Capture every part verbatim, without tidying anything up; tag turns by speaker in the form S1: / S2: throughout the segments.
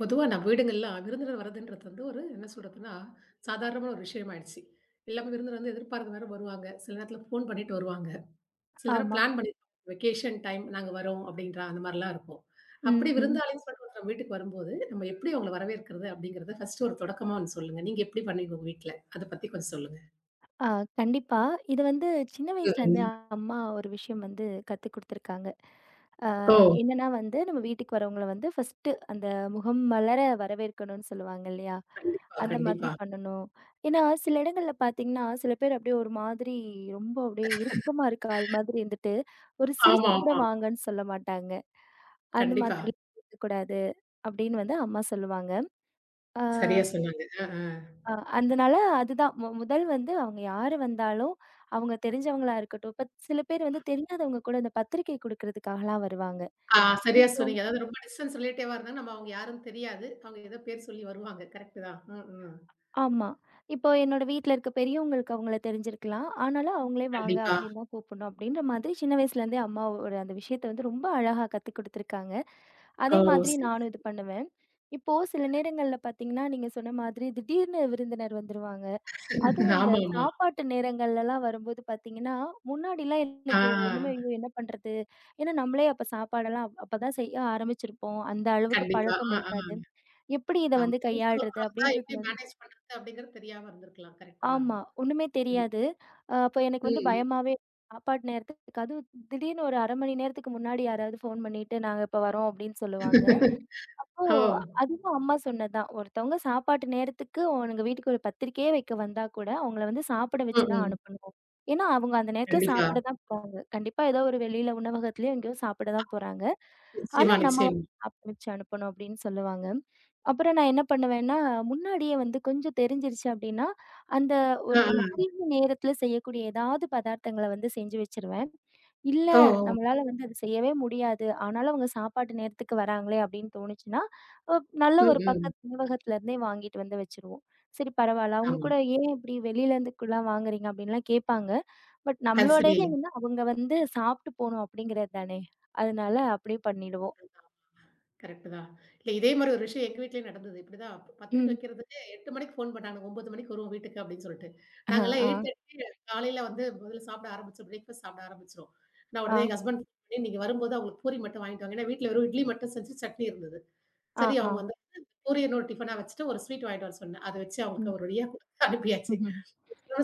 S1: பொதுவா நம்ம வீடுங்கள்ல விருந்தினர் வரதுன்றது வந்து ஒரு என்ன சொல்றதுன்னா, சாதாரணமான ஒரு விஷயம் ஆயிடுச்சு. எல்லாமே விருந்தினர் வந்து எதிர்பார்த்து வேற வருவாங்க. சில நேரத்துல ஃபோன் பண்ணிட்டு வருவாங்க. சில நேரம்
S2: ஆமா.
S1: பிளான் பண்ணி வெகேஷன் டைம் நாங்க வரோம் அப்படின்ற அந்த மாரிலாம் இருக்கும். அப்படி
S2: ம்.
S1: விருந்தாளின்னு சொல்லிட்டு ஒருத்தர் வீட்டுக்கு வரும்போது, நம்ம எப்படி அவங்கள வரவேற்கிறது அப்படிங்கிறத ஃபர்ஸ்ட்டு ஒரு தொடக்கமா ஒண்ணு சொல்லுங்க. நீங்க எப்படி பண்ணுவீங்க உங்க வீட்ல? அத பத்தி கொஞ்சம் சொல்லுங்க.
S2: ஆ கண்டிப்பா. இது வந்து சின்ன வயசுலேருந்தே
S1: ம்.
S2: அம்மா ஒரு விஷயம் வந்து கத்துக் குடுத்துருக்காங்க. அ
S1: ஓ!
S2: என்னன்னா வந்து நம்ம வீட்டுக்கு வரவங்கள வந்து ஃபர்ஸ்ட்டு அந்த முகம் மலர வரவேற்கணும்னு சொல்லுவாங்க இல்லையா?
S1: கண்டிப்பா,
S2: அந்த மாதிரி
S1: கண்டிப்பா.
S2: பண்ணணும். ஏன்னா சில இடங்கள்ல பார்த்தீங்கன்னா, சில பேர் அப்படியே ஒரு மாதிரி ரொம்ப அப்படியே இறுக்கமா இருக்க ஆள் மாதிரி இருந்துட்டு, ஒரு சிரிச்சு
S1: ஆமா,
S2: கூட
S1: ஆமா.
S2: வாங்கன்னு சொல்ல மாட்டாங்க. அந்த
S1: கண்டிப்பா.
S2: மாதிரி இருக்கக்கூடாது அப்படின்னு வந்து அம்மா சொல்லுவாங்க. அ
S1: சரியா சொன்னாங்க. அ, ஆ.
S2: அ அதனால அதுதான் மு முதல் வந்து அவங்க யாரு வந்தாலும், அவங்க தெரிஞ்சவங்களா இருக்கட்டும். இப்ப சில பேர் வந்து தெரியாதவங்க கூட இந்த பத்திரிக்கை குடுக்கறதுக்காகலாம் வருவாங்க.
S1: ஆ, சரியா
S2: இப்போ
S1: சொன்னீங்க. அதாவது ரொம்ப டிஸ்டன்ஸ் ரிலேட்டிவா இருந்தா நம்ம அவங்க யாருன்னு தெரியாது. அவங்க ஏதோ பேர் சொல்லி வருவாங்க. கரெக்ட்டு தான். ம், ம்.
S2: ஆமா. இப்போ என்னோட வீட்ல இருக்க பெரியவங்களுக்கு அவங்கள தெரிஞ்சிருக்கலாம். ஆனாலும் அவங்களே வாங்க
S1: கண்டிப்பா.
S2: அப்படின்னு தான் கூப்பிடணும் அப்படின்ற மாதிரி சின்ன வயசுலேருந்தே அம்மாவோட அந்த விஷயத்த வந்து ரொம்ப அழகா கத்துக் குடுத்துருக்காங்க. அதே
S1: ஓ!
S2: மாதிரி
S1: சரி.
S2: நானும் இது பண்ணுவேன். இப்போ சில நேரங்கள்ல பார்த்தீங்கன்னா, நீங்க சொன்ன மாதிரி திடீர்னு விருந்தினர் வந்துருவாங்க. அதுவும் இந்த
S1: ஆமா, ஆமா.
S2: சாப்பாட்டு நேரங்கள்லலாம் வரும்போது பார்த்தீங்கன்னா, முன்னாடிலாம்
S1: ஆ
S2: எனக்கு ஒண்ணுமே ஐயோ! என்ன பண்றது? ஏன்னா நம்மளே அப்ப சாப்பாடெல்லாம் அப் அப்பதான் செய்ய ஆரம்பிச்சிருப்போம். அந்த அளவுக்கு
S1: கண்டிப்பா.
S2: பழக்கம்
S1: ஆ, ஆ.
S2: இருக்காது. எப்படி இத
S1: ஆமா.
S2: வந்து
S1: புதுசா
S2: கையாள்றது?
S1: ஒருத்தர் வந்தா
S2: அப்படின்றது
S1: எப்படி
S2: வந்
S1: மேனேஜ் பண்றது அப்படிங்கிறது தெரியாம இருந்திருக்கலாம். கரெக்ட்டு தான்.
S2: ஆமா. ஒண்ணுமே
S1: ம்,
S2: தெரியாது. அ அப்ப எனக்கு வந்து
S1: ம்.
S2: பயமாவே சாப்பாட்டு நேரத்துக்கு அதுவும் திடீர்னு ஒரு அரை மணி நேரத்துக்கு முன்னாடி யாராவது ஃபோன் பண்ணிட்டு, "நாங்க இப்ப வரோம்" அப்படின்னு சொல்லுவாங்க. அப்போ
S1: ஓ!
S2: அதுவும் அம்மா சொன்னதுதான். ஒருத்தவங்க சாப்பாட்டு நேரத்துக்கு உனங்க வீட்டுக்கு ஒரு பத்திரிக்கையே வைக்க வந்தா கூட, அவங்கள வந்து சாப்பிட
S1: ம்,
S2: வச்சு தான்
S1: ம்.
S2: அனுப்பணும். ஏன்னா, அவங்க அந்த நேரத்தில
S1: கண்டிப்பா.
S2: சாப்பிட தான் போறாங்க. கண்டிப்பா ஏதோ ஒரு வெளியில உணவகத்திலயோ எங்கேயோ சாப்பிட தான் போறாங்க. ஆனா,
S1: நிச்சயமா,
S2: நம்ம வந்து
S1: நிச்சயமா.
S2: சாப்பிட வச்சு அனுப்பணும் அப்படின்னு சொல்லுவாங்க. அப்புறம் நான் என்ன பண்ணுவேன்னா, முன்னாடியே வந்து கொஞ்சம் தெரிஞ்சிருச்சு அப்படின்னா, அந்த ஒரு
S1: ஆ,
S2: நம்ம
S1: ஆ.
S2: குறுகிய நேரத்தில செய்யக்கூடிய ஏதாவது பதார்த்தங்கள வந்து செஞ்சு வச்சுருவேன். இல்ல,
S1: ஓ! ஓ!
S2: நம்மளால வந்து அது செய்யவே முடியாது. ஆனாலும் அவங்க சாப்பாட்டு நேரத்துக்கு வராங்களே அப்படின்னு தோணுச்சுன்னா, அ நல்ல
S1: ம்,
S2: ஒரு
S1: ம்.
S2: பக்கத்து உணவகத்துல இருந்தே வாங்கிட்டு வந்து வச்சுருவோம். சரி பரவால்ல. அவங்க
S1: ஆமா.
S2: கூட ஏன் இப்படி வெளியில இருந்துக்குலாம் வாங்குறீங்க அப்படின்லாம் கேட்பாங்க. பட்
S1: அது
S2: நம்மளோட
S1: சரி.
S2: இது என்னன்னா, அவங்க வந்து சாப்பிட்டு போணும் அப்படிங்கிறது தானே. அதனால அப்படியே பண்ணிடுவோம்.
S1: கரெக்ட்டு தான். இல்ல இதே மாரி ஒரு விஷயம் எங்க வீட்லயும் நடந்தது. இப்படிதான் அப்ப பத்திரிக்கை
S2: ம்.
S1: வைக்கிறதுக்கு எட்டு மணிக்கு ஃபோன் பண்ணாங்க. ஒன்பது மணிக்கு வருவோம் வீட்டுக்கு அப்படின்னு சொல்லிட்டு.
S2: ஆ,
S1: நாங்கலாம்
S2: ஆ,
S1: எட்டு முப்பது காலையில வந்து முதல்ல சாப்பிட ஆரம்பிச்சோம். பிரேக்ஃபாஸ்ட் சாப்பிட ஆரம்பிச்சுருவோம். நான் உடனே
S2: ஆ,
S1: எங்க ஹஸ்பண்ட் ஃபோன் பண்ணி, "நீங்க வரும்போது அவங்களுக்கு பூரி மட்டும் வாங்கிட்டு வாங்க." ஏன்னா வீட்ல வெறும் இட்லி மட்டும் செஞ்சு சட்னி இருந்தது.
S2: ஆ,
S1: சரி
S2: ஆ.
S1: அவங்க வந்து பூரி இன்னொரு டிஃபனா வச்சுட்டு ஒரு ஸ்வீட் வாங்கிட்டு வர சொன்னேன். அத வச்சு அவங்களுக்கு
S2: ம்.
S1: ஒரு வழியா குடுத்து அனுப்பியாச்சு.
S2: ம்ஹும்.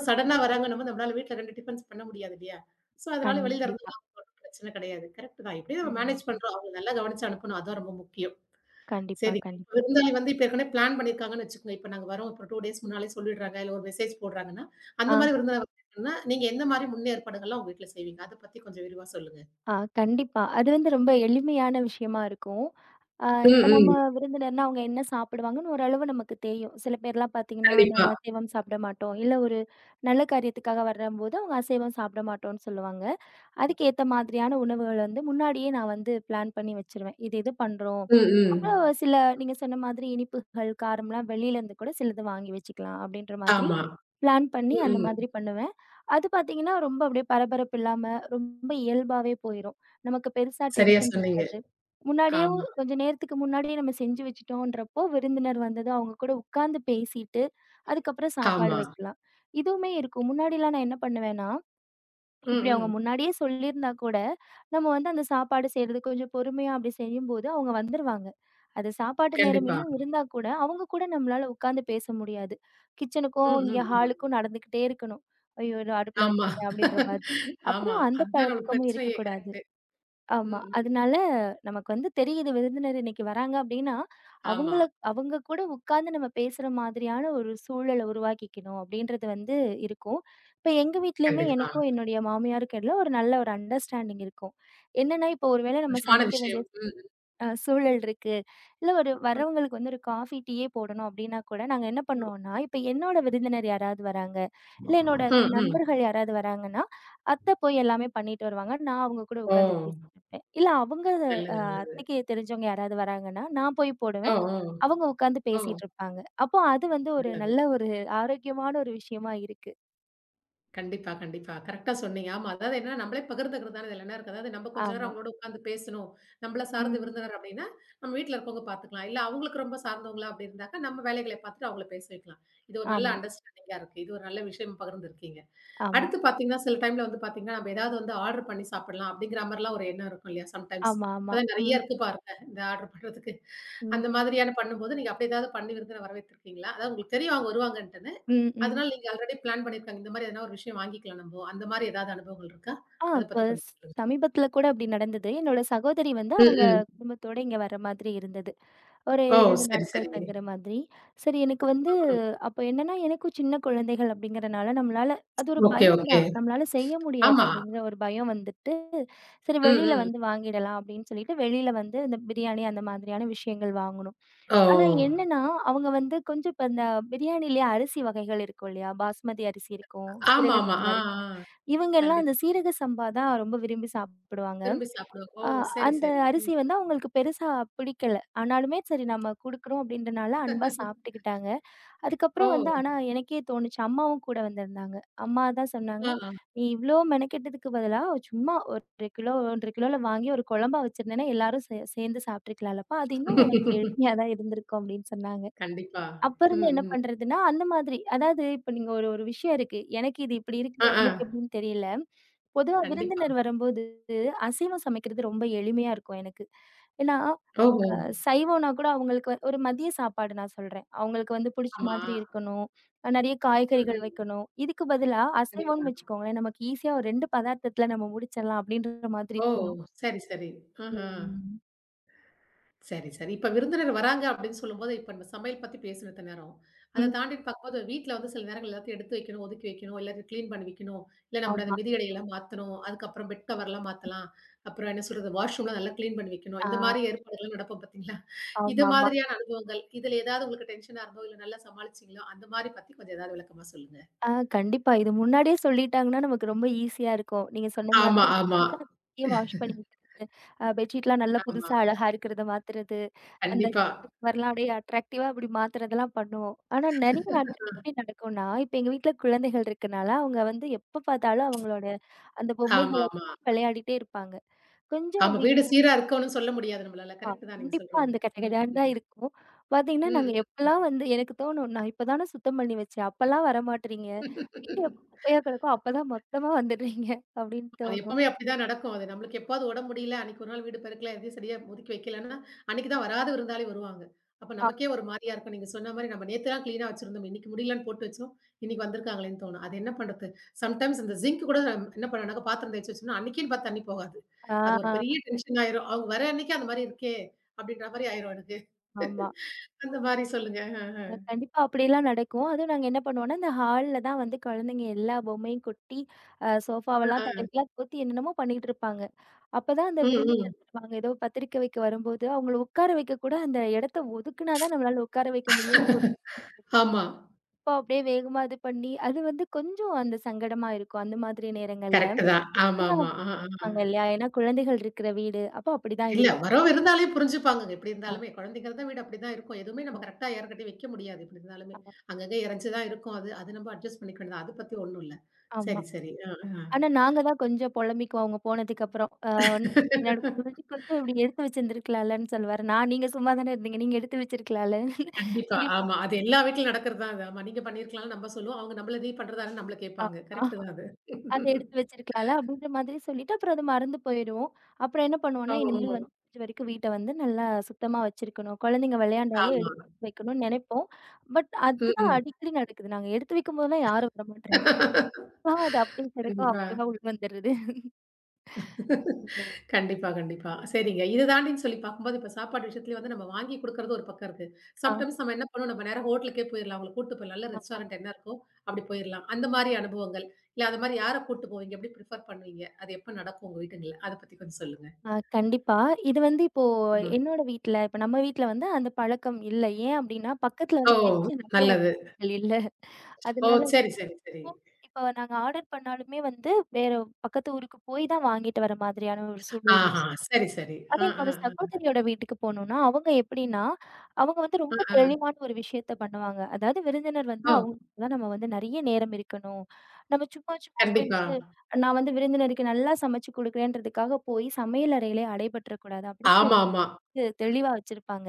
S1: சடனா வராங்கன்னும்போது நம்மளால வீட்ல ரெண்டு டிஃபன்ஸ் பண்ண முடியாது இல்லையா? சோ அதனால வெளியில இருந்து
S2: கண்டிப்பா.
S1: வர பிரச்சனை கிடையாது. கரெக்ட்டு தான். எப்படியும் நம்ம
S2: ம்.
S1: மேனேஜ் பண்றோம். அவங்கள நல்லா கவனிச்சு அனுப்பணும். அதான் ரொம்ப முக்கியம்.
S2: கண்டிப்பா,
S1: சரிங்க. இப்ப
S2: கண்டிப்பா.
S1: விருந்தாளி வந்து இப்ப ஏற்கனவே பிளான் பண்ணியிருக்காங்கன்னு வச்சுக்கோங்க. இப்ப நாங்க வரோம். ஒரு ரெண்டு டேஸ் முன்னாலயே சொல்லிடுறாங்க. இல்ல ஒரு மெசேஜ் போடுறாங்கன்னா,
S2: ஆ.
S1: அந்த மாரி விருந்தாளி வந்தாங்கன்னா, நீங்க எந்த மாரி முன்னேற்பாடுகள்லாம் உங்க வீட்ல செய்வீங்க? அத பத்தி கொஞ்சம் விரிவா சொல்லுங்க.
S2: ஆ கண்டிப்பா. அது வந்து ரொம்ப எளிமையான விஷயமா இருக்கும். அ
S1: ம்,
S2: இப்ப நம்ம
S1: ம்.
S2: விருந்தினர்னா அவங்க என்ன சாப்பிடுவாங்கன்னு ஓரளவு நமக்கு தெரியும். சில பேர்லாம் பார்த்தீங்கன்னா,
S1: கண்டிப்பா.
S2: நாங்க அசைவம் சாப்பிட மாட்டோம். இல்ல ஒரு நல்ல காரியத்துக்காக வரம்போது அவங்க அசைவம் சாப்பிட மாட்டோம்ன்னு சொல்லுவாங்க. அதுக்கேத்த மாதிரியான உணவுகள வந்து முன்னாடியே நான் வந்து பிளான் பண்ணி வச்சுருவேன். இது இது பண்றோம்.
S1: ம், ம்.
S2: அப்புறம் சில நீங்க சொன்ன மாதிரி இனிப்புகள், காரம்லாம் வெளியிலேருந்து கூட சிலது வாங்கி வச்சுக்கலாம் அப்படின்ற மாதிரி
S1: ஆமா.
S2: பிளான் பண்ணி
S1: ம்,
S2: அந்த
S1: ம்.
S2: மாதிரி பண்ணுவேன். அது பார்த்தீங்கன்னா, ரொம்ப அப்படியே பரபரப்பு இல்லாம ரொம்ப இயல்பாவே போயிரும். நமக்கு பெருசா
S1: சரியா
S2: டென்ஷன்
S1: சொன்னீங்க.
S2: இருக்காது. முன்னாடியே
S1: ஆமா,
S2: கொஞ்ச நேரத்துக்கு முன்னாடியே நம்ம செஞ்சு வச்சுட்டோன்றப்போ, விருந்தினர் வந்ததும் அவங்க கூட உட்கார்ந்து பேசிட்டு, அதுக்கப்புறம் சாப்பாடு
S1: ஆமா.
S2: வைக்கலாம். இதுவுமே இருக்கும். முன்னாடிலாம் நான் என்ன பண்ணுவேன்னா
S1: ம்,
S2: இப்படி அவங்க
S1: ம்.
S2: முன்னாடியே சொல்லியிருந்தா கூட, நம்ம வந்து அந்த சாப்பாடு செய்றது கொஞ்சம் பொறுமையா அப்படி செய்யும்போது அவங்க வந்துருவாங்க. அது சாப்பாட்டு நேரம்
S1: கண்டிப்பா.
S2: இன்னும் இருந்தா கூட, அவங்க கூட நம்மளால உட்காந்து பேச முடியாது.
S1: ம்,
S2: கிச்சனுக்கும், இங்க
S1: ம், ம்.
S2: ஹாலுக்கும் நடந்துக்கிட்டே இருக்கணும். "ஐயோ! இதோ அடுப்புல
S1: ஆமா.
S2: வச்சிருக்கேன்" அப்படின்ற மாதிரி.
S1: ஆமா.
S2: அப்புறம் அந்த
S1: அதுதான் நம்மளுக்கு
S2: பழக்கமும்
S1: பிரச்சனையே.
S2: இருக்கக்கூடாது.
S1: கரெக்ட்டு.
S2: ஆமா.
S1: ம், ம்.
S2: அதனால நமக்கு வந்து தெரியுது விருந்தினர் இன்னைக்கு வராங்க அப்டின்னா,
S1: ஆமா.
S2: அவங்கள அவங்க கூட உட்கார்ந்து நம்ம பேசுற மாதிரியான ஒரு சூழல உருவாக்கிக்கணும் அப்டின்றது வந்து இருக்கும். இப்ப எங்க வீட்லயுமே
S1: கண்டிப்பா.
S2: எனக்கும் என்னுடைய மாமியாருக்கும் எல்லாம் ஒரு நல்ல ஒரு அண்டர்ஸ்டாண்டிங் இருக்கும். என்னன்னா, இப்போ ஒரு வேளை நம்ம
S1: சந்தோஷமான
S2: சமைக்க வேண்டிய
S1: விஷயம். ம்,
S2: அ சூழல் இருக்கு. இல்ல ஒரு
S1: ம்.
S2: வரவங்களுக்கு வந்து ஒரு காஃபி, டீயே போடணும் அப்டின்னா கூட, நாங்க என்ன பண்ணுவோம்னா, இப்ப என்னோட விருந்தினர் யாராவது வராங்க, இல்ல என்னோட
S1: ம், ம்.
S2: நண்பர்கள் யாராவது வராங்கன்னா, அத்த போய் எல்லாமே பண்ணிட்டு வருவாங்க. நான் அவங்க கூட
S1: ஓ!
S2: உட்காந்து பேசிட்டு இருப்பேன். இல்ல அவங்க
S1: நல்லது, நல்லது.
S2: அத்தைக்கு தெரிஞ்சவங்க யாராவது வராங்கன்னா, நான் போய்
S1: ஓ,
S2: போடுவேன்.
S1: ஓ.
S2: அவங்க உட்காந்து
S1: ஓ!
S2: பேசிட்டு இருப்பாங்க. அப்போ அது வந்து ஒரு
S1: நல்லது.
S2: நல்ல ஒரு ஆரோக்கியமான ஒரு விஷயமா இருக்கு.
S1: கண்டிப்பா, கண்டிப்பா. கரெக்ட்டா சொன்னீங்க. ஆமா. அதாவது என்னன்னா, நம்மளே பகிர்ந்துக்கிறது தானே இதுல என்ன இருக்கு. அதாவது நம்ம கொஞ்ச நேரம்
S2: ஆமா.
S1: அவங்களோட உட்காந்து பேசணும். நம்மள சார்ந்த
S2: ம்.
S1: விருந்தினர் அப்படின்னா, நம்ம வீட்ல இருக்கவங்க பார்த்துக்கலாம். இல்ல அவங்களுக்கு ரொம்ப சார்ந்தவங்களா அப்படி இருந்தாக்கா, நம்ம வேலைகளை பார்த்துட்டு அவங்கள பேச வைக்கலாம். இது ஒரு நல்ல
S2: ஆமா,
S1: அண்டர்ஸ்டாண்டிங்கா இருக்கு. இது ஒரு நல்ல விஷயம் பகிர்ந்துருக்கீங்க.
S2: ஆமா,
S1: அடுத்து பார்த்தீங்கன்னா, சில டைம்ல வந்து பார்த்தீங்கன்னா, நம்ம ஏதாவது வந்து ஆர்டர் பண்ணி சாப்பிடலாம் அப்படிங்கிற மாரிலாம் ஒரு எண்ணம் இருக்கும் இல்லையா? சம்டைம்ஸ்.
S2: ஆமா, ஆமா.
S1: இப்பதான்
S2: ம்,
S1: நெறைய இருக்கு பாருங்க. இந்த ஆர்டர் பண்றதுக்கு.
S2: ம்,
S1: அந்த மாதிரியான பண்ணும்போது, நீங்க அப்படி ஏதாவது பண்ணி விருந்தினர வரவேத்திருக்கீங்களா? அதாவது உங்களுக்கு தெரியும் அவங்க வருவாங்கன்ட்டுன்னு.
S2: ம், ம்.
S1: அதனால நீங்க ஆல்ரெடி பிளான் பண்ணியிருக்காங்க. இந்த மாரி எதனா ஒரு விஷயம் வாங்கிக்கலாம் நம்போ. அந்த மாரி ஏதாவது அனுபவங்கள் இருக்கா?
S2: ஆ
S1: அத
S2: இப்ப
S1: பத்தி கொஞ்சம்
S2: ஸ்
S1: சொல்லுங்க.
S2: சமீபத்தில கூட அப்படி நடந்தது. என்னோட சகோதரி வந்து
S1: ம்,
S2: அவங்க
S1: ம்.
S2: குடும்பத்தோட இங்க வர மாதிரி இருந்தது. ஒரு
S1: ஓ!
S2: இரண்டு
S1: சரி,
S2: நாட்கள்
S1: சரி.
S2: தங்குற மாதிரி. சரி எனக்கு வந்து
S1: ம்.
S2: அப்ப என்னன்னா, எனக்கும் சின்ன குழந்தைகள் அப்படிங்கிறனால நம்மளால அது ஒரு
S1: ஓகே,
S2: பயம்
S1: ஓகே.
S2: தான். நம்மளால செய்ய முடியாது
S1: ஆமா.
S2: அப்படிங்கிற ஒரு பயம் வந்துருச்சு. சரி
S1: ம்,
S2: வெளியில
S1: ம்.
S2: வந்து வாங்கிடலாம் அப்படின்னு சொல்லிட்டு வெளியில வந்து இந்த பிரியாணி அந்த மாதிரியான விஷயங்கள் வாங்குனோம். ஆனா
S1: ஓ!
S2: என்னன்னா, அவங்க வந்து கொஞ்சம் இப்ப இந்த பிரியாணிலயே அரிசி வகைகள் இருக்கும் இல்லையா? பாஸ்மதி அரிசி இருக்கும், சீரக
S1: ஆமாமா.
S2: சம்பா
S1: ஆ, ஆ.
S2: இருக்கும். இவங்கெல்லாம்
S1: கண்டிப்பா.
S2: அந்த சீரக சம்பா தான் ரொம்ப விரும்பி சாப்பிடுவாங்க.
S1: விரும்பி சாப்பிடுவோம். ஓ!
S2: அ
S1: சரி,
S2: அந்த
S1: சரி.
S2: அரிசி
S1: ம்.
S2: வந்து அவங்களுக்கு பெருசா பிடிக்கல. ஆனாலுமே சரி நம்ம குடுக்குறோம் அப்படின்றனால அன்பா சாப்பிட்டுக்கிட்டாங்க.
S1: ஓ!
S2: அதுக்கப்புறம் வந்து ஆனா எனக்கே தோணுச்சு. அம்மாவும் கூட வந்திருந்தாங்க. அம்மா தான் சொன்னாங்க,
S1: ஆ, ஆ.
S2: "நீ இவ்ளோ மெனக்கெட்டதுக்கு பதிலா சும்மா ஒரு கிலோ ஒன்று அரை கிலோல வாங்கி ஒரு குழம்பா வச்சிருந்தேன்னா, எல்லாரும் சே சேர்ந்து சாப்பிட்டுருக்கலாம்லப்பா. அது இன்னும் உனக்கு எளிமையா தான் இருந்திருக்கும்." அப்படின்னு சொன்னாங்க.
S1: கண்டிப்பா.
S2: அப்ப ம். இருந்து
S1: ம்,
S2: என்ன
S1: ம்.
S2: பண்றதுன்னா, அந்த மாதிரி அதாவது இப்ப நீங்க ஒரு ஒரு விஷயம் இருக்கு. எனக்கு இது இப்படி இருக்கு.
S1: ஆ, ஆ.
S2: உங்களுக்கு எப்படின்னு தெரியல. பொதுவா
S1: கண்டிப்பா.
S2: விருந்தினர் வரும்போது அசைவம் சமைக்கிறது ரொம்ப எளிமையா இருக்கும் எனக்கு. ஏன்னா
S1: ஓஹோ!
S2: அ சைவம்னா கூட அவங்களுக்கு வந்து- ஒரு மதிய சாப்பாடு நான் சொல்றேன். அவங்களுக்கு வந்து புடிச்ச
S1: ஆமா.
S2: மாதிரி இருக்கணும். அ நெறைய
S1: ம்,
S2: காய்கறிகள்
S1: ம்.
S2: வைக்கணும். இதுக்கு பதிலா
S1: கண்டிப்பா.
S2: அசைவம்னு வச்சுக்கோங்களேன், நமக்கு ஈஸியா ஒரு இரண்டு பதார்த்தத்துல நம்ம முடிச்சிடலாம் அப்படின்ற மாதிரி
S1: ஓ!
S2: தோணும்.
S1: சரி, சரி. ஆஹ.
S2: ம்.
S1: சரி, சரி. இப்ப விருந்தினர் வராங்க அப்படின்னு சொல்லும்போது, இப்ப நம்ம சமையல் பத்தி பேசின இத்தன நேரம். அத
S2: ம்.
S1: தாண்டின்னு பார்க்கும்போது, வீட்ல வந்து சில நேரங்கள் எல்லாத்தையும் எடுத்து வைக்கணும், ஒதுக்கி வைக்கணும், இல்ல கிளீன் பண்ணி வைக்கணும், இல்ல நம்மளோட அந்த
S2: ஆமா.
S1: மிதியடையெல்லாம் மாத்தணும், அதுக்கப்புறம் பெட் கவர்லாம் மாத்தலாம். அப்புறம் என்ன சொல்றது, வாஷ்ரூம்லாம் நல்லா கிளீன் பண்ணி வைக்கணும்.
S2: ஆ
S1: இந்த மாரி ஏற்பாடுகள்லாம் நடப்போம் பார்த்தீங்களா? இது
S2: ஆமாமா.
S1: மாதிரியான அனுபவங்கள், இதுல ஏதாவது உங்களுக்கு டென்ஷனா இருந்தோ, இல்ல நல்லா சமாளிச்சீங்களோ, அந்த மாரி பத்தி கொஞ்சம் ஏதாவது விளக்கமா சொல்லுங்க.
S2: ஆ கண்டிப்பா. இது முன்னாடியே சொல்லிட்டாங்கன்னா நமக்கு ரொம்ப ஈஸியா இருக்கும். நீங்க சொன்ன
S1: ஆமா,
S2: மாதிரி
S1: ஆமா,
S2: வாஷ் பண்ணி வைக்கிறது. அ பெட்ஷீட்லாம் நல்லா
S1: ஆமா.
S2: புதுசா அழகா இருக்கிறத மாத்துறது. அந்த
S1: கண்டிப்பா.
S2: கவர்லாம் அப்படியே அட்ராக்டிவா அப்படி மாத்துறதெல்லாம் பண்ணுவோம். ஆனா நெறைய நாட்கள் எப்படி நடக்கும்னா, இப்ப எங்க வீட்ல குழந்தைகள் இருக்கனால, அவங்க வந்து எப்ப பார்த்தாலும் அவங்களோட அந்த
S1: ஆமா,
S2: பொம்மைகள
S1: ஆமா.
S2: விளையாடிட்டே இருப்பாங்க. கொஞ்சம்
S1: ஆமா, வீடு
S2: வீட்ல
S1: சீரா இருக்கணும்னு சொல்ல முடியாது நம்மளால.
S2: ஆ
S1: கரெக்ட் தான் நீங்க
S2: கண்டிப்பா
S1: சொல்றது.
S2: அந்த
S1: ம்.
S2: கடகடான்னு தான் இருக்கும். பார்த்தீங்கன்னா,
S1: ம்.
S2: நாங்க எப்பலாம் வந்து எனக்கு தோணும், "நான் இப்ப தானே சுத்தம் பண்ணி வச்சேன். அப்பலாம் வரமாட்றீங்க. வீடு எப்ப குப்பையா கிடக்கோ, அப்பதான் மொத்தமா வந்துடுறீங்க." அப்படின்னு
S1: அது
S2: தோணும்.
S1: எப்பவுமே அப்படிதான் நடக்கும். அது நம்மளுக்கு எப்பாவது உடம்பு முடியல, அன்னைக்கு ஒரு நாள் வீடு பெருக்கல, எதையும் சரியா ஒதுக்கி வைக்கலன்னா, அன்னைக்கு தான் வராத விருந்தாளி வருவாங்க. அப்ப
S2: அ
S1: நமக்கே ஒரு மாரியா இருக்கும். நீங்க சொன்ன மாரி நம்ம நேத்துலாம் கிளீனா வச்சிருந்தோம். இன்னைக்கு முடியலன்னு போட்டு வச்சோம். இன்னைக்கு வந்திருக்காங்களேன்னு தோணும். அது என்ன பண்றது? சம்டைம்ஸ் இந்த சிங்க் கூட நம்ம என்ன பண்ணுனாக்கா, பாத்திரம் தேய்ச்சு வச்சோம்னா, அன்னைக்குன்னு பார்த்து தண்ணி போகாது. அது ஒரு பெரிய
S2: ஆ
S1: டென்ஷன் ஆயிரும். அவங்க வர அன்னைக்கு அந்த மாரி இருக்கே! அப்படின்ற மாரி ஆயிரும் எனக்கு.
S2: ஆமா.
S1: அந்த மாரி சொல்லுங்க.
S2: அ கண்டிப்பா அப்படிலாம் நடக்கும். அதுவும் நாங்க என்ன பண்ணுவோம்னா, இந்த ஹால்ல தான் வந்து குழந்தைங்க எல்லா பொம்மையும் கொட்டி, அ சோஃபாவெல்லாம்
S1: ஆ.
S2: தலைகீழா போத்தி என்னென்னமோ பண்ணிட்டு இருப்பாங்க. அப்பதான் அந்த
S1: ம்,
S2: விருந்தினர்
S1: ம்.
S2: வருவாங்க. ஏதோ பத்திரிக்கை வைக்க வரும்போது, அவங்கள உட்கார வைக்க கூட அந்த இடத்த ஒதுக்குனா தான் நம்மளால உட்கார வைக்க முடியும். ஒரு
S1: ஆமா.
S2: குப்பா அப்படியே வேகமா இது பண்ணி, அது வந்து கொஞ்சம் அந்த சங்கடமா இருக்கும். அந்த மாதிரி நேரங்கள்ல.
S1: கரெக்ட்டு தான்.
S2: நல்லா
S1: ஆமாமா. ஆ, ஆ.
S2: வைப்பாங்க இல்லையா? ஏன்னா குழந்தைகள் இருக்கிற வீடு. அப்போ அப்படிதான்
S1: இல்ல
S2: இருக்கும்.
S1: வரவு இருந்தாலே புரிஞ்சுப்பாங்கங்க. எப்படி
S2: ஆ.
S1: இருந்தாலுமே குழந்தைங்கிறத வீடு அப்படிதான் இருக்கும். எதுவுமே
S2: ஆ.
S1: நம்ம கரெக்ட்டா யார்கிட்டயும் வைக்க முடியாது. எப்படி இருந்தாலுமே.
S2: ஆ.
S1: அங்கங்க இறஞ்சு தான் இருக்கும் அது. அது நம்ம அட்ஜஸ்ட் பண்ணிக்க வேண்டியது தான். அது பத்தி ஒண்ணும் இல்ல.
S2: ஆமா.
S1: சரி, சரி. அ, அ.
S2: ஆனா, நாங்க தான் கொஞ்சம் பொலம்பிக்குவோம் அவங்க போனதுக்கப்புறம். அ என்னோட குழந்தை கொஞ்சம் இப்படி எடுத்து வச்சிருந்துருக்கலாம்லன்னு சொல்லுவாரு. நான் நீங்க சும்மா தானே இருந்தீங்க. நீங்க எடுத்து வச்சிருக்கலாம்ல.
S1: கண்டிப்பா.
S2: இப்படிம்பாங்க.
S1: ஆமா. அது எல்லா வீட்லயும் நடக்கிறது தான் அது. ஆமா. நீங்க பண்ணியிருக்கலாம்ன்னு நம்ம சொல்லுவோம். அவங்க நம்மள நீ பண்றதான்னு நம்மள கேட்பாங்க.
S2: ஆமா.
S1: கரெக்ட் தான் அது.
S2: அத எடுத்து வச்சிருக்கலாம்ல அப்படின்ற மாதிரி சொல்லிட்டு, அப்புறம் அது மறந்து போயிரும். அப்புறம் என்ன பண்ணுவோம்னா,
S1: ஆமா,
S2: இனிமேல் வந்து இது வரைக்கும் வீட்ட வந்து நல்லா சுத்தமா வச்சிருக்கணும். குழந்தைங்க விளையாண்டாலும்
S1: ஆமா.
S2: எடுத்து வைக்கணும்னு நெனைப்போம். பட்
S1: ம்,
S2: அதுதான்
S1: ம்.
S2: அடிக்கடி நடக்குது. நாங்க எடுத்து வைக்கும்போதெல்லாம் யாரும் வரமாட்றாங்க. அது அப்படியே கிடக்கும்.
S1: கண்டிப்பா.
S2: அப்பவே உள்ள வந்துருது.
S1: கண்டிப்பா, கண்டிப்பா. சரிங்க. இத தாண்டின்னு சொல்லி பார்க்கும்போது, இப்ப சாப்பாடு விஷயத்துலயும் வந்து நம்ம வாங்கி குடுக்குறது ஒரு பக்கம் இருக்கு.
S2: ஆ.
S1: சம்டைம்ஸ் நம்ம என்ன பண்ணுவோம், நம்ம நேரா ஹோட்டலுக்கே போயிரலாம். அவங்கள கூட்டு போயிரலாம். நல்ல
S2: ஆமா.
S1: ரெஸ்டாரண்ட் என்ன இருக்கோ, அப்படி போயிரலாம். அந்த மாரி அனுபவங்கள். இல்ல அது மாரி யார கூட்டு போவீங்க? எப்படி பிரிஃபர் பண்ணுவீங்க? அது எப்ப நடக்கும் உங்க வீட்டுங்கள்ல? அத பத்தி கொஞ்சம் சொல்லுங்க.
S2: ஆ கண்டிப்பா. இது வந்து இப்போ
S1: ம்.
S2: என்னோட வீட்ல, இப்ப நம்ம வீட்ல வந்து அந்த பழக்கம் இல்ல. ஏன் அப்டின்னா, பக்கத்துல
S1: ஓ!
S2: வந்து பெரிய நல்ல
S1: நல்லது.
S2: உணவகங்கள் இல்ல.
S1: ஓ!
S2: அதனால
S1: சரி, சரி, சரி.
S2: இப்போ இப்ப நாங்க ஆர்டர் பண்ணாலுமே வந்து வேற பக்கத்து ஊருக்கு போய் தான் வாங்கிட்டு வர மாதிரியான ஒரு சூழல் இருக்கு.
S1: ஆஹா! சரி, சரி.
S2: அதே
S1: ஆ, ஆ,
S2: என்னோட
S1: ஆ.
S2: சகோதரியோட வீட்டுக்கு போனோம்னா, அவங்க எப்டின்னா, அவங்க வந்து
S1: ஆ,
S2: ரொம்ப
S1: ஆ.
S2: தெளிவான ஒரு விஷயத்த பண்ணுவாங்க. அதாவது விருந்தினர் வந்து
S1: ஓ!
S2: அவங்களுக்கு தான் நம்ம வந்து நெறைய நேரம் இருக்கணும். நம்ம சும்மா சும்மா
S1: கண்டிப்பா.
S2: போயிட்டு, நான் வந்து விருந்தினருக்கு நல்லா சமைச்சு குடுக்குறேன்றதுக்காக போய் சமையல் அறையிலே அடைபட்டுறக்கூடாது. அப்டின்னு
S1: ஆமாமா.
S2: து தெளிவா வச்சிருப்பாங்க.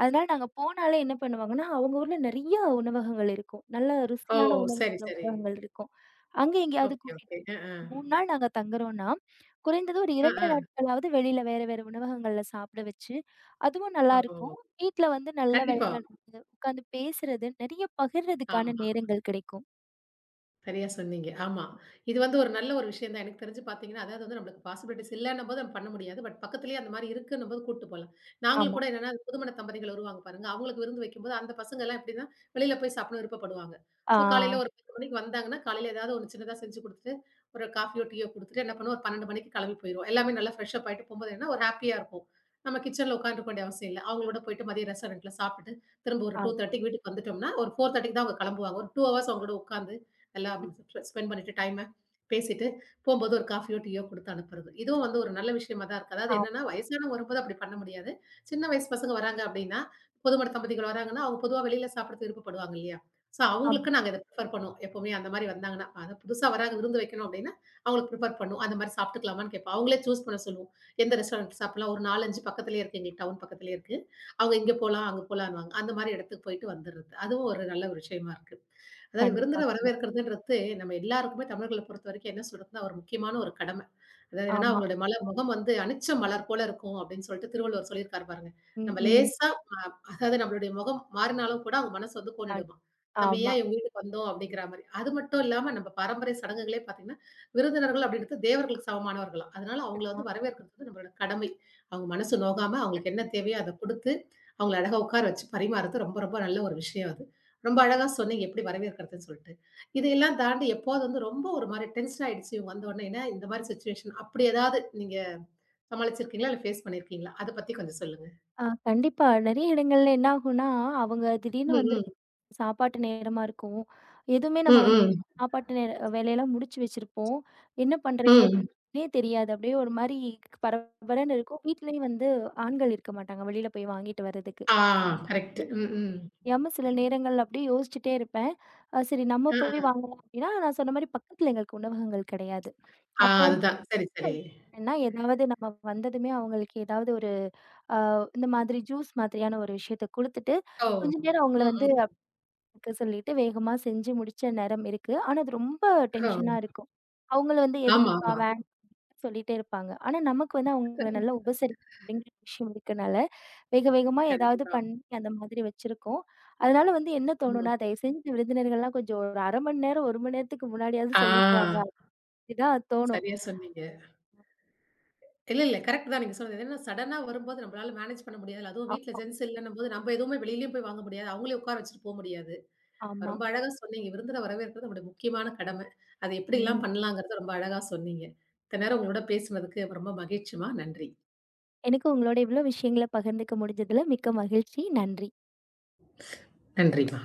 S2: அதனால நாங்க போனாலே என்ன பண்ணுவாங்கன்னா, அவங்க ஊர்ல நெறைய உணவகங்கள் இருக்கும். நல்ல
S1: ஓ!
S2: ருசியான உணவு
S1: சரி, சரி.
S2: உணவகங்கள் இருக்கும். அங்க எங்கேயாவது
S1: ஓகே,
S2: கூட்டிட்டு
S1: ஓகே. அ, ஆ.
S2: மூன்று நாள் நாங்க தங்குறோம்னா, குறைந்தது ஒரு இரண்டு
S1: அ,
S2: நாட்களாவது வெளியில வேற வேற உணவகங்கள்ல சாப்பிட வச்சு, அதுவும்
S1: ஆ.
S2: நல்லாருக்கும்.
S1: ஓ!
S2: வீட்ல வந்து நல்லா
S1: கண்டிப்பா.
S2: விளையாடுறது, உட்காந்து பேசுறது, நெறைய
S1: ஆமா.
S2: பகிர்றதுக்கான நேரங்கள் கிடைக்கும்.
S1: சரியா சொன்னீங்க. ஆமா. இது வந்து ஒரு நல்ல ஒரு விஷயம் தான். எனக்கு தெரிஞ்சு பார்த்தீங்கன்னா, அதாவது வந்து நம்மளுக்கு பாசிபிலிட்டீஸ் இல்லன்னும் போது நம்ம பண்ண முடியாது. பட் பக்கத்திலேயே அந்த மாரி இருக்குன்னும் போது கூட்டு போலாம். நாங்களும்
S2: ஆமா.
S1: கூட என்னன்னா, புதுமண தம்பதிகள் வருவாங்க பாருங்க. அவங்களுக்கு விருந்து வைக்கும்போது அந்த பசங்கலாம் எப்படின்னா, வெளியில போய் சாப்பிடணும்னு விருப்பப்படுவாங்க.
S2: ஆ,
S1: ஸோ காலையில ஒரு பத்து மணிக்கு வந்தாங்கன்னா, காலையில ஏதாவது ஒண்ணு சின்னதா செஞ்சு குடுத்துட்டு, ஒரு காஃபியோ, டீயோ குடுத்துட்டு என்ன பண்ணுவோம், ஒரு பன்னிரண்டு மணிக்கு கிளம்பி போயிருவோம். எல்லாமே நல்லா ஃப்ரெஷ் அப் ஆயிட்டு போம்போது என்னன்னா, ஒரு ஹேப்பியா இருக்கும். நம்ம கிச்சன்ல உட்காந்துருக்க வேண்டிய அவசியம் இல்ல. அவங்களோட போயிட்டு மதியம் ரெஸ்டாரண்ட்ல சாப்பிட்டுட்டு, திரும்ப ஒரு
S2: ஆ,
S1: 2:30க்கு வீட்டுக்கு வந்துட்டோம்னா, ஒரு 4:30க்கு தான் அவங்க கிளம்புவாங்க. ஒரு ரெண்டு ஹவர்ஸ் அவங்களோட உட்காந்து, எல்லாம்
S2: ம்.
S1: ஸ்பெண்ட் பண்ணிட்டு டைம பேசிட்டு, போம்போது ஒரு காஃபியோ, டீயோ குடுத்து அனுப்புறது. இதுவும் வந்து ஒரு நல்ல விஷயமா தான் இருக்கு. அதாவது
S2: ஆ,
S1: என்னன்னா, வயசானவங்க வரும்போது அப்படி பண்ண முடியாது. சின்ன வயசு பசங்க வராங்க அப்படின்னா, புதுமண தம்பதிகள் வராங்கன்னா, அவங்க பொதுவா வெளியில சாப்பிடறதுக்கு விருப்பப்படுவாங்க இல்லையா? சோ
S2: ஆமா.
S1: அவங்களுக்கு நாங்க இத பிரிஃபர் பண்ணுவோம். எப்பவுமே அந்த மாரி வந்தாங்கன்னா, அதான் புதுசா வராங்க விருந்து வைக்கணும் அப்படின்னா, அவங்களுக்கு பிரிஃபர் பண்ணுவோம். அந்த மாரி சாப்பிட்டுக்கலாமான்னு கேட்போம். அவங்களே சூஸ் பண்ண சொல்லுவோம். எந்த ரெஸ்டாரண்ட் சாப்பிடலாம்? ஒரு நாலு, ஐந்து பக்கத்திலேயே இருக்கு. எங்களுக்கு டவுன் பக்கத்திலேயே இருக்கு. அவங்க இங்க போலாம், அங்க போலான்னுவாங்க. அந்த மாரி இடத்துக்கு போயிட்டு வந்துர்றது. அதுவும் ஒரு நல்ல ஒரு விஷயமா இருக்கு. அதாவது
S2: கண்டிப்பா,
S1: விருந்தினர
S2: கண்டிப்பா.
S1: வரவேற்கிறதுன்றது நம்ம எல்லாருக்குமே தமிழர்கள பொறுத்தவரைக்கும் என்ன சொல்றதுன்னா, ஒரு முக்கியமான ஒரு கடமை. அதாவது என்னன்னா,
S2: ஆமா.
S1: அவங்களுடைய மலர் முகம் வந்து அனிச்ச மலர் போல இருக்கும் அப்படின்னு சொல்லிட்டு திருவள்ளுவர் சொல்லியிருக்காரு பாருங்க.
S2: ம்,
S1: நம்ம
S2: ம்.
S1: லேசா அ அதாவது நம்மளுடைய முகம் மாறினாலும் கூட அவங்க மனசு வந்து
S2: அ
S1: கோணிடுமாம். நம்ம
S2: ஆமா.
S1: ஏன் இவங்க வீட்டுக்கு வந்தோம் அப்படிங்கிற மாரி. அது மட்டும் இல்லாம நம்ம பாரம்பரிய சடங்குகளே பார்த்தீங்கன்னா, விருந்தினர்கள் அப்படின்றது தேவர்களுக்கு சமமானவர்களாம். அதனால அவங்கள வந்து வரவேற்கிறது வந்து நம்மளோட கடமை. அவங்க மனசு நோகாம அவங்களுக்கு என்ன தேவையோ அத குடுத்து, அவங்கள அழகா உட்கார வச்சு பரிமாறுறது ரொம்ப ரொம்ப நல்ல ஒரு விஷயம் அது. ரொம்ப அழகா சொன்னீங்க எப்படி வரவேற்கிறதுன்னு சொல்லிட்டு. இதையெல்லாம் தாண்டி எப்போது வந்து ரொம்ப ஒரு மாரி டென்ஷன் ஆயிடுச்சு இவங்க வந்த உடனே, ஏன்னா இந்த மாரி சிச்சுவேஷன் அப்படி ஏதாவது நீங்க சமாளிச்சிருக்கீங்களா? இல்ல ஃபேஸ் பண்ணியிருக்கீங்களா? அத பத்தி கொஞ்சம் சொல்லுங்க.
S2: ஆ கண்டிப்பா. நெறைய இடங்கள்ல என்ன ஆகும்னா, அவங்க திடீர்னு
S1: ம்,
S2: வந்துட்டு
S1: ம்.
S2: சாப்பாட்டு நேரமா இருக்கும். எதுவுமே
S1: ம்,
S2: நம்ம வந்து
S1: ம்.
S2: சாப்பாட்டு நேர வேலையெல்லாம் முடிச்சு வச்சிருப்போம். என்ன பண்றது?
S1: ம்.
S2: எதுன்னே தெரியாது. அப்படியே ஒரு மாரி பரபரன்னு இருக்கும். வீட்லயும் வந்து ஆண்கள் இருக்க மாட்டாங்க. வெளியில போய் வாங்கிட்டு வர்றதுக்கு.
S1: ஆ கரெக்ட்.
S2: இது
S1: ம், ம்.
S2: தெரியாம சில நேரங்கள்ல அப்படியே யோசிச்சுட்டே இருப்பேன். அ சரி நம்ம
S1: அ,
S2: போய்
S1: ஆ.
S2: வாங்கலாம் அப்படின்னா, நான் சொன்ன மாரி பக்கத்துல எங்களுக்கு உணவகங்கள் கிடையாது.
S1: ஆ
S2: அப்போ
S1: அதுதான். சரி, சரி.
S2: ஏன்னா, ஏதாவது நம்ம வந்ததுமே அவங்களுக்கு ஏதாவது ஒரு அ இந்த மாதிரி ஜூஸ் மாதிரியான ஒரு விஷயத்த குடுத்துட்டு,
S1: ஓ!
S2: கொஞ்ச நேரம் அவங்கள
S1: ம்,
S2: வந்து
S1: ம்.
S2: அதுக்கு சொல்லிட்டு வேகமா செஞ்சு முடிச்ச நேரம் இருக்கு. ஆனா, அது ரொம்ப டென்ஷனா
S1: ஓ!
S2: இருக்கும். அவங்கள வந்து
S1: ஆமா,
S2: எதுக்குப்பா
S1: ஆமா.
S2: வேண்டான்னு சொல்லிட்டே இருப்பாங்க. ஆனா, நமக்கு வந்து அவங்கள நல்லா உபசரிக்கணும் அப்படிங்கிற விஷயம் இருக்கனால, வேக வேகமா ஏதாவது
S1: கண்டிப்பா.
S2: பண்ணி அந்த மாதிரி வச்சிருக்கோம். அதனால வந்து என்ன தோணும்னா,
S1: ம்.
S2: தயவு செஞ்சு விருந்தினர்கள்லாம் கொஞ்சம் ஒரு அரை மணி நேரம், ஒரு மணி நேரத்துக்கு முன்னாடியாவது சொல்லிட்டு வாங்க.
S1: ஆ.
S2: அப்படிதான் தோணும்.
S1: சரியா சொன்னீங்க. இல்ல, இல்ல. கரெக்ட் தான் நீங்க சொன்னது. ஏன்னா சடனா வரும்போது நம்மளால மேனேஜ் பண்ண முடியாதுல்ல. அதுவும் வீட்ல
S2: ஆமா,
S1: ஜென்ட்ஸ் இல்லன்னும்போது, நம்ம எதுவுமே வெளியிலயும் போய் வாங்க முடியாது. அவங்களயும் உட்கார வச்சுட்டு போ முடியாது.
S2: ஆமா.
S1: ரொம்ப அழகா சொன்னீங்க. விருந்தினர வரவேற்கிறது நம்முடைய முக்கியமான கடமை. அது எப்படிலாம்
S2: ம்.
S1: பண்ணலாங்கிறத ரொம்ப அழகா சொன்னீங்க. இத்தன நேரம் உங்களோட பேசுனதுக்கு ரொம்ப மகிழ்ச்சிம்மா. நன்றி.
S2: எனக்கு உங்களோட இவ்வளோ விஷயங்கள பகிர்ந்துக்க முடிஞ்சதுல மிக்க மகிழ்ச்சி. நன்றி.
S1: நன்றிம்மா.